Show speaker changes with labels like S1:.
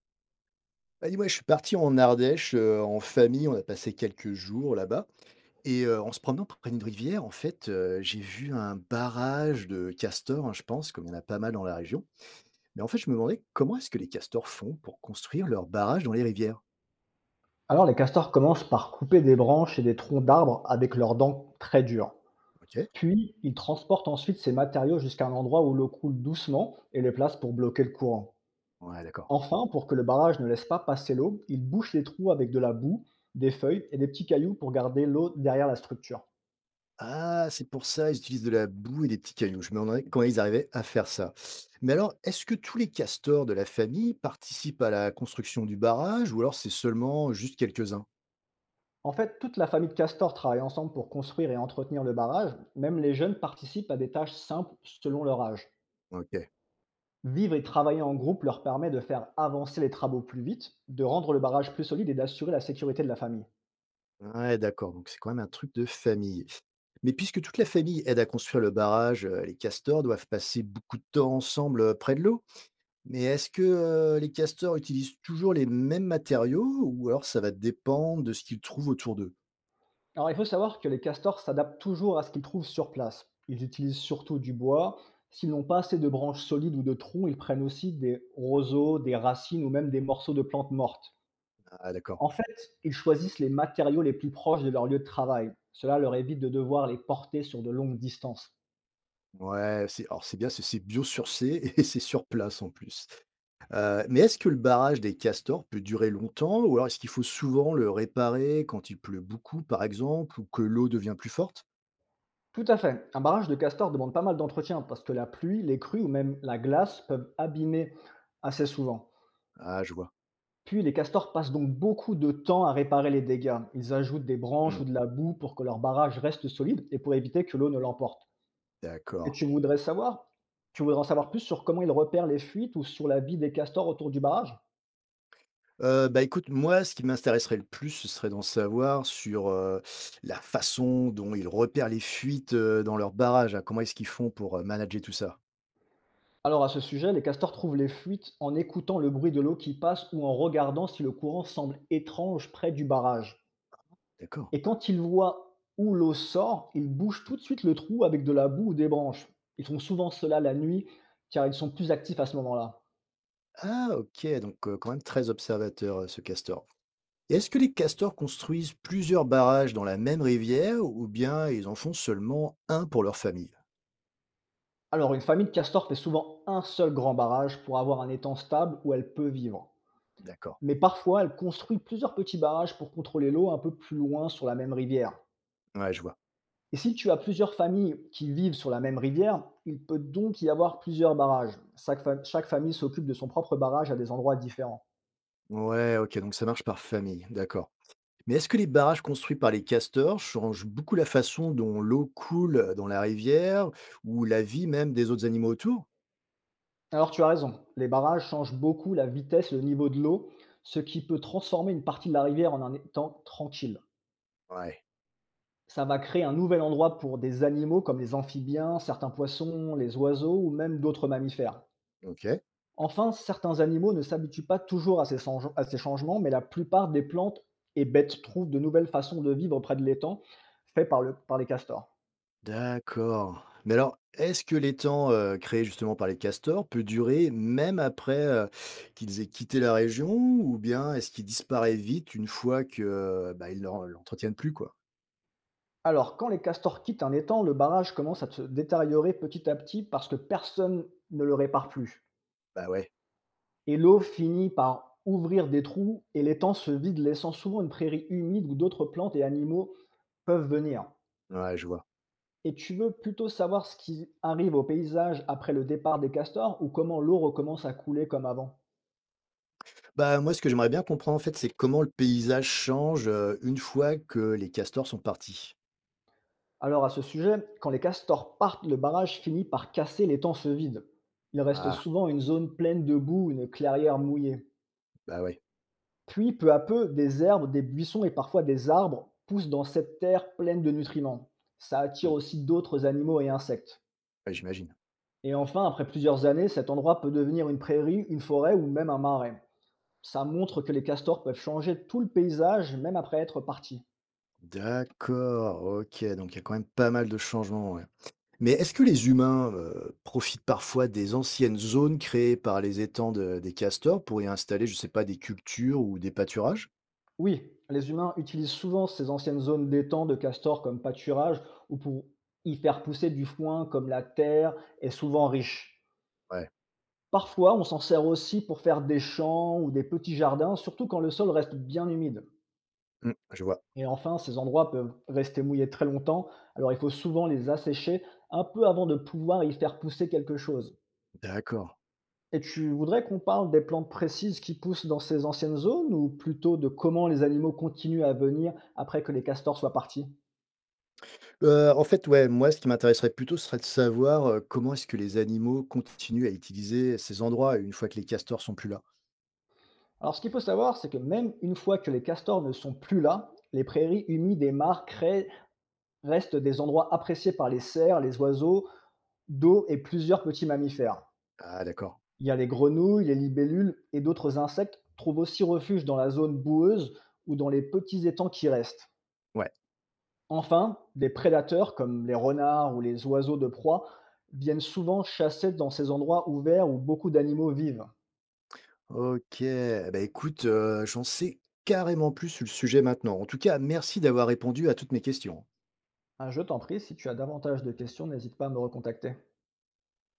S1: Bah, dis-moi, je suis parti en Ardèche, en famille, on a passé quelques jours là-bas et en se promenant près d'une rivière, en fait, j'ai vu un barrage de castors, hein, je pense, comme il y en a pas mal dans la région. Mais en fait, je me demandais comment est-ce que les castors font pour construire leurs barrages dans les rivières?
S2: Alors, les castors commencent par couper des branches et des troncs d'arbres avec leurs dents très dures.
S1: OK,
S2: Puis, ils transportent ensuite ces matériaux jusqu'à un endroit où l'eau coule doucement et les placent pour bloquer le courant.
S1: ouais, d'accord.
S2: Enfin, pour que le barrage ne laisse pas passer l'eau, ils bouchent les trous avec de la boue, des feuilles et des petits cailloux pour garder l'eau derrière la structure.
S1: Ah, c'est pour ça, ils utilisent de la boue et des petits cailloux. Je me demandais comment ils arrivaient à faire ça. Mais alors, est-ce que tous les castors de la famille participent à la construction du barrage ou alors c'est seulement juste quelques-uns?
S2: En fait, toute la famille de castors travaille ensemble pour construire et entretenir le barrage. Même les jeunes participent à des tâches simples selon leur âge.
S1: OK.
S2: Vivre et travailler en groupe leur permet de faire avancer les travaux plus vite, de rendre le barrage plus solide et d'assurer la sécurité de la famille.
S1: Ouais, d'accord, donc c'est quand même un truc de famille. Mais puisque toute la famille aide à construire le barrage, les castors doivent passer beaucoup de temps ensemble près de l'eau. Mais est-ce que les castors utilisent toujours les mêmes matériaux ou alors ça va dépendre de ce qu'ils trouvent autour d'eux?
S2: Alors il faut savoir que les castors s'adaptent toujours à ce qu'ils trouvent sur place. Ils utilisent surtout du bois. S'ils n'ont pas assez de branches solides ou de troncs, ils prennent aussi des roseaux, des racines ou même des morceaux de plantes mortes.
S1: Ah, d'accord.
S2: En fait, ils choisissent les matériaux les plus proches de leur lieu de travail. Cela leur évite de devoir les porter sur de longues distances.
S1: Ouais, alors c'est bien, c'est biosourcé et c'est sur place en plus. Mais est-ce que le barrage des castors peut durer longtemps ou alors est-ce qu'il faut souvent le réparer quand il pleut beaucoup, par exemple, ou que l'eau devient plus forte?
S2: Tout à fait. Un barrage de castor demande pas mal d'entretien, parce que la pluie, les crues ou même la glace peuvent abîmer assez souvent.
S1: Ah, je vois.
S2: Puis les castors passent donc beaucoup de temps à réparer les dégâts. Ils ajoutent des branches ou de la boue pour que leur barrage reste solide et pour éviter que l'eau ne l'emporte. Et
S1: D'accord.
S2: tu voudrais savoir Tu voudrais en savoir plus sur comment ils repèrent les fuites ou sur la vie des castors autour du barrage?
S1: Bah, écoute, moi, ce qui m'intéresserait le plus, ce serait d'en savoir sur, la façon dont ils repèrent les fuites, dans leurs barrages, hein. Comment est-ce qu'ils font pour, manager tout ça?
S2: Alors à ce sujet, les castors trouvent les fuites en écoutant le bruit de l'eau qui passe ou en regardant si le courant semble étrange près du barrage.
S1: D'accord.
S2: Et quand ils voient où l'eau sort, ils bouchent tout de suite le trou avec de la boue ou des branches. Ils font souvent cela la nuit, car ils sont plus actifs à ce moment-là.
S1: Ah OK, donc quand même très observateur, ce castor. Et est-ce que les castors construisent plusieurs barrages dans la même rivière ou bien ils en font seulement un pour leur famille?
S2: Alors une famille de castors fait souvent un seul grand barrage pour avoir un étang stable où elle peut vivre.
S1: D'accord.
S2: Mais parfois, elle construit plusieurs petits barrages pour contrôler l'eau un peu plus loin sur la même rivière.
S1: Ouais, je vois.
S2: Et si tu as plusieurs familles qui vivent sur la même rivière, il peut donc y avoir plusieurs barrages. Chaque famille s'occupe de son propre barrage à des endroits différents.
S1: Ouais, OK, donc ça marche par famille, d'accord. Mais est-ce que les barrages construits par les castors changent beaucoup la façon dont l'eau coule dans la rivière ou la vie même des autres animaux autour?
S2: Alors tu as raison, les barrages changent beaucoup la vitesse et le niveau de l'eau, ce qui peut transformer une partie de la rivière en un étang tranquille.
S1: Ouais,
S2: Ça va créer un nouvel endroit pour des animaux comme les amphibiens, certains poissons, les oiseaux ou même d'autres mammifères.
S1: ok.
S2: Enfin, certains animaux ne s'habituent pas toujours à à ces changements, mais la plupart des plantes et bêtes trouvent de nouvelles façons de vivre près de l'étang, par les castors.
S1: D'accord. Mais alors, est-ce que l'étang créé justement par les castors peut durer même après qu'ils aient quitté la région ou bien est-ce qu'il disparaît vite une fois que bah, l'entretiennent plus quoi?
S2: Alors, quand les castors quittent un étang, le barrage commence à se détériorer petit à petit, parce que personne ne le répare plus.
S1: Bah ouais.
S2: Et l'eau finit par ouvrir des trous et l'étang se vide, laissant souvent une prairie humide où d'autres plantes et animaux peuvent venir.
S1: Ouais, je vois.
S2: Et tu veux plutôt savoir ce qui arrive au paysage après le départ des castors, ou comment l'eau recommence à couler comme avant?
S1: Bah moi, ce que j'aimerais bien comprendre en fait, c'est comment le paysage change une fois que les castors sont partis.
S2: Alors à ce sujet, quand les castors partent, le barrage finit par casser, l'étang se vide. Il reste
S1: Ah,
S2: souvent une zone pleine de boue, une clairière mouillée.
S1: bah ouais.
S2: Puis peu à peu, des herbes, des buissons et parfois des arbres poussent dans cette terre pleine de nutriments. Ça attire
S1: Mmh.
S2: aussi d'autres animaux et insectes.
S1: Ouais, j'imagine.
S2: Et enfin, après plusieurs années, cet endroit peut devenir une prairie, une forêt ou même un marais. Ça montre que les castors peuvent changer tout le paysage même après être partis.
S1: D'accord, OK, donc il y a quand même pas mal de changements, ouais. Mais est-ce que les humains, profitent parfois des anciennes zones créées par les étangs de des castors pour y installer, je sais pas, des cultures ou des pâturages?
S2: Oui, les humains utilisent souvent ces anciennes zones d'étang de castors comme pâturage ou pour y faire pousser du foin, comme la terre est souvent riche.
S1: Ouais,
S2: Parfois, on s'en sert aussi pour faire des champs ou des petits jardins, surtout quand le sol reste bien humide.
S1: mmh, je vois.
S2: Et enfin, ces endroits peuvent rester mouillés très longtemps, alors il faut souvent les assécher un peu avant de pouvoir y faire pousser quelque chose.
S1: D'accord.
S2: Et tu voudrais qu'on parle des plantes précises qui poussent dans ces anciennes zones, ou plutôt de comment les animaux continuent à venir après que les castors soient partis?
S1: En fait, ouais, moi, ce qui m'intéresserait plutôt, ce serait de savoir, comment est-ce que les animaux continuent à utiliser ces endroits une fois que les castors sont plus là?
S2: Alors ce qu'il faut savoir, c'est que même une fois que les castors ne sont plus là, les prairies humides et mares restent des endroits appréciés par les cerfs, les oiseaux d'eau et plusieurs petits mammifères.
S1: Ah d'accord.
S2: Il y a les grenouilles, les libellules et d'autres insectes trouvent aussi refuge dans la zone boueuse ou dans les petits étangs qui restent.
S1: Ouais.
S2: Enfin, des prédateurs comme les renards ou les oiseaux de proie viennent souvent chasser dans ces endroits ouverts où beaucoup d'animaux vivent.
S1: OK, bah, écoute, j'en sais carrément plus sur le sujet maintenant. En tout cas, merci d'avoir répondu à toutes mes questions.
S2: Ah, je t'en prie, si tu as davantage de questions, n'hésite pas à me recontacter.